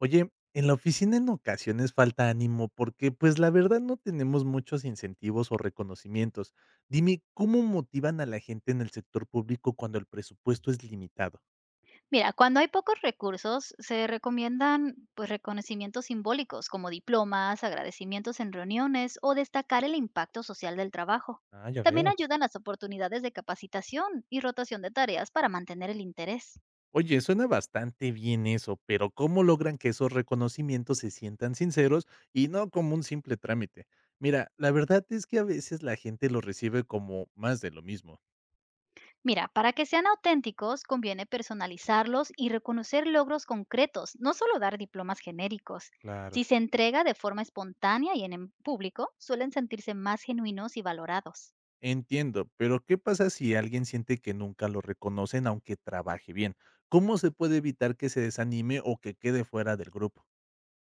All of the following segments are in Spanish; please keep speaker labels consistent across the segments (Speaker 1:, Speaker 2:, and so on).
Speaker 1: Oye, en la oficina en ocasiones falta ánimo porque pues la verdad no tenemos muchos incentivos o reconocimientos. Dime, ¿cómo motivan a la gente en el sector público cuando el presupuesto es limitado?
Speaker 2: Mira, cuando hay pocos recursos, se recomiendan reconocimientos simbólicos como diplomas, agradecimientos en reuniones o destacar el impacto social del trabajo.
Speaker 1: Ah, ya
Speaker 2: También
Speaker 1: veo.
Speaker 2: ayudan las oportunidades de capacitación y rotación de tareas para mantener el interés.
Speaker 1: Oye, suena bastante bien eso, pero ¿cómo logran que esos reconocimientos se sientan sinceros y no como un simple trámite? Mira, la verdad es que a veces la gente lo recibe como más de lo mismo.
Speaker 2: Mira, para que sean auténticos, conviene personalizarlos y reconocer logros concretos, no solo dar diplomas genéricos. Si
Speaker 1: Claro.
Speaker 2: se entrega de forma espontánea y en público, suelen sentirse más genuinos y valorados.
Speaker 1: Entiendo, pero ¿qué pasa si alguien siente que nunca lo reconocen aunque trabaje bien? ¿Cómo se puede evitar que se desanime o que quede fuera del grupo?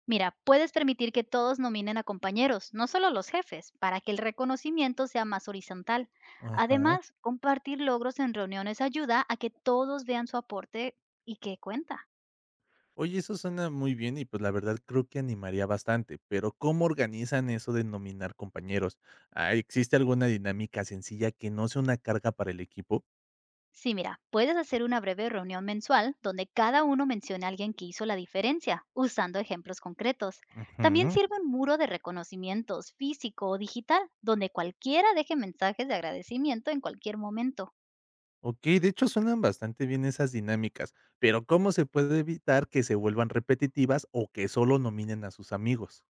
Speaker 2: Mira, puedes permitir que todos nominen a compañeros, no solo los jefes, para que el reconocimiento sea más horizontal.
Speaker 1: Ajá.
Speaker 2: Además, compartir logros en reuniones ayuda a que todos vean su aporte y que cuenta.
Speaker 1: Oye, eso suena muy bien y pues la verdad creo que animaría bastante, pero ¿cómo organizan eso de nominar compañeros? Ah, ¿existe alguna dinámica sencilla que no sea una carga para el equipo?
Speaker 2: Sí, mira, puedes hacer una breve reunión mensual donde cada uno mencione a alguien que hizo la diferencia, usando ejemplos concretos. También
Speaker 1: Ujú.
Speaker 2: sirve un muro de reconocimientos físico o digital, donde cualquiera deje mensajes de agradecimiento en cualquier momento.
Speaker 1: Ok, de hecho suenan bastante bien esas dinámicas, pero ¿cómo se puede evitar que se vuelvan repetitivas o que solo nominen a sus amigos?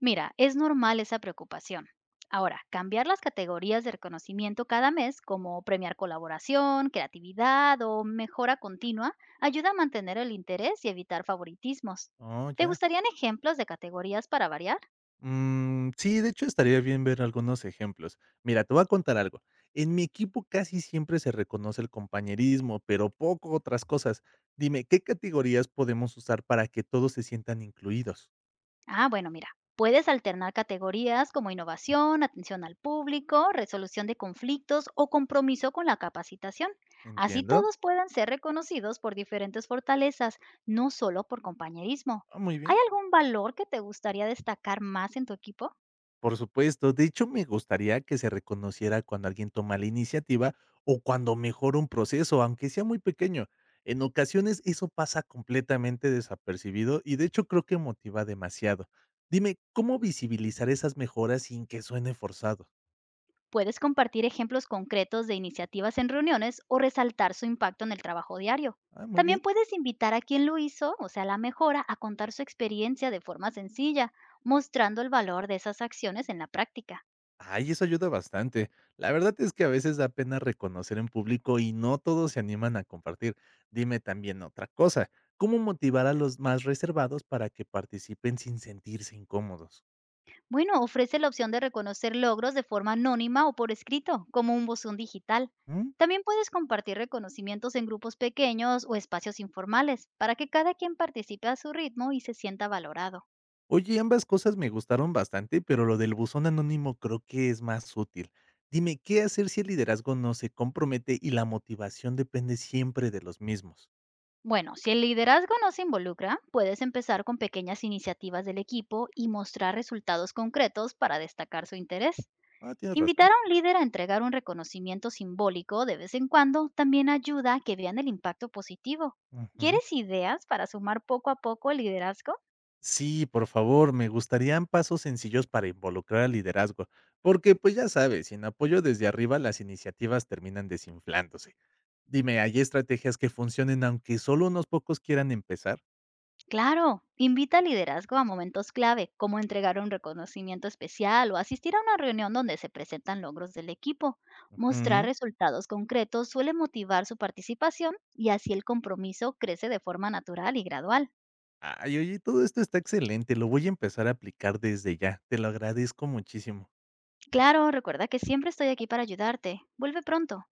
Speaker 2: Mira, es normal esa preocupación. Ahora, cambiar las categorías de reconocimiento cada mes, como premiar colaboración, creatividad o mejora continua, ayuda a mantener el interés y evitar favoritismos.
Speaker 1: Oh,
Speaker 2: ¿Te
Speaker 1: ya.
Speaker 2: gustarían ejemplos de categorías para variar?
Speaker 1: Sí, de hecho, estaría bien ver algunos ejemplos. Mira, te voy a contar algo. En mi equipo casi siempre se reconoce el compañerismo, pero poco otras cosas. Dime, ¿qué categorías podemos usar para que todos se sientan incluidos?
Speaker 2: Ah, bueno, mira, puedes alternar categorías como innovación, atención al público, resolución de conflictos o compromiso con la capacitación. Así
Speaker 1: Entiendo.
Speaker 2: todos puedan ser reconocidos por diferentes fortalezas, no solo por compañerismo.
Speaker 1: Ah, muy
Speaker 2: ¿Hay
Speaker 1: bien.
Speaker 2: algún valor que te gustaría destacar más en tu equipo?
Speaker 1: Por supuesto, de hecho me gustaría que se reconociera cuando alguien toma la iniciativa o cuando mejora un proceso, aunque sea muy pequeño. En ocasiones eso pasa completamente desapercibido y de hecho creo que motiva demasiado. Dime, ¿cómo visibilizar esas mejoras sin que suene forzado?
Speaker 2: Puedes compartir ejemplos concretos de iniciativas en reuniones o resaltar su impacto en el trabajo diario.
Speaker 1: Ah, muy
Speaker 2: También
Speaker 1: bien.
Speaker 2: puedes invitar a quien lo hizo, o sea, la mejora, a contar su experiencia de forma sencilla, mostrando el valor de esas acciones en la práctica.
Speaker 1: Ay, eso ayuda bastante. La verdad es que a veces da pena reconocer en público y no todos se animan a compartir. Dime también otra cosa. ¿Cómo motivar a los más reservados para que participen sin sentirse incómodos?
Speaker 2: Bueno, ofrece la opción de reconocer logros de forma anónima o por escrito, como un buzón digital.
Speaker 1: Mm.
Speaker 2: También puedes compartir reconocimientos en grupos pequeños o espacios informales, para que cada quien participe a su ritmo y se sienta valorado.
Speaker 1: Oye, ambas cosas me gustaron bastante, pero lo del buzón anónimo creo que es más útil. Dime, ¿qué hacer si el liderazgo no se compromete y la motivación depende siempre de los mismos?
Speaker 2: Bueno, si el liderazgo no se involucra, puedes empezar con pequeñas iniciativas del equipo y mostrar resultados concretos para destacar su interés.
Speaker 1: Ah, tienes razón.
Speaker 2: Invitar a un líder a entregar un reconocimiento simbólico de vez en cuando también ayuda a que vean el impacto positivo.
Speaker 1: Ujú.
Speaker 2: ¿Quieres ideas para sumar poco a poco el liderazgo?
Speaker 1: Sí, por favor, me gustarían pasos sencillos para involucrar al liderazgo, porque pues ya sabes, sin apoyo desde arriba las iniciativas terminan desinflándose. Dime, ¿hay estrategias que funcionen aunque solo unos pocos quieran empezar?
Speaker 2: Claro, invita al liderazgo a momentos clave, como entregar un reconocimiento especial o asistir a una reunión donde se presentan logros del equipo. Mostrar
Speaker 1: Ujú.
Speaker 2: resultados concretos suele motivar su participación y así el compromiso crece de forma natural y gradual.
Speaker 1: Ay, oye, todo esto está excelente, lo voy a empezar a aplicar desde ya, te lo agradezco muchísimo.
Speaker 2: Claro, recuerda que siempre estoy aquí para ayudarte. Vuelve pronto.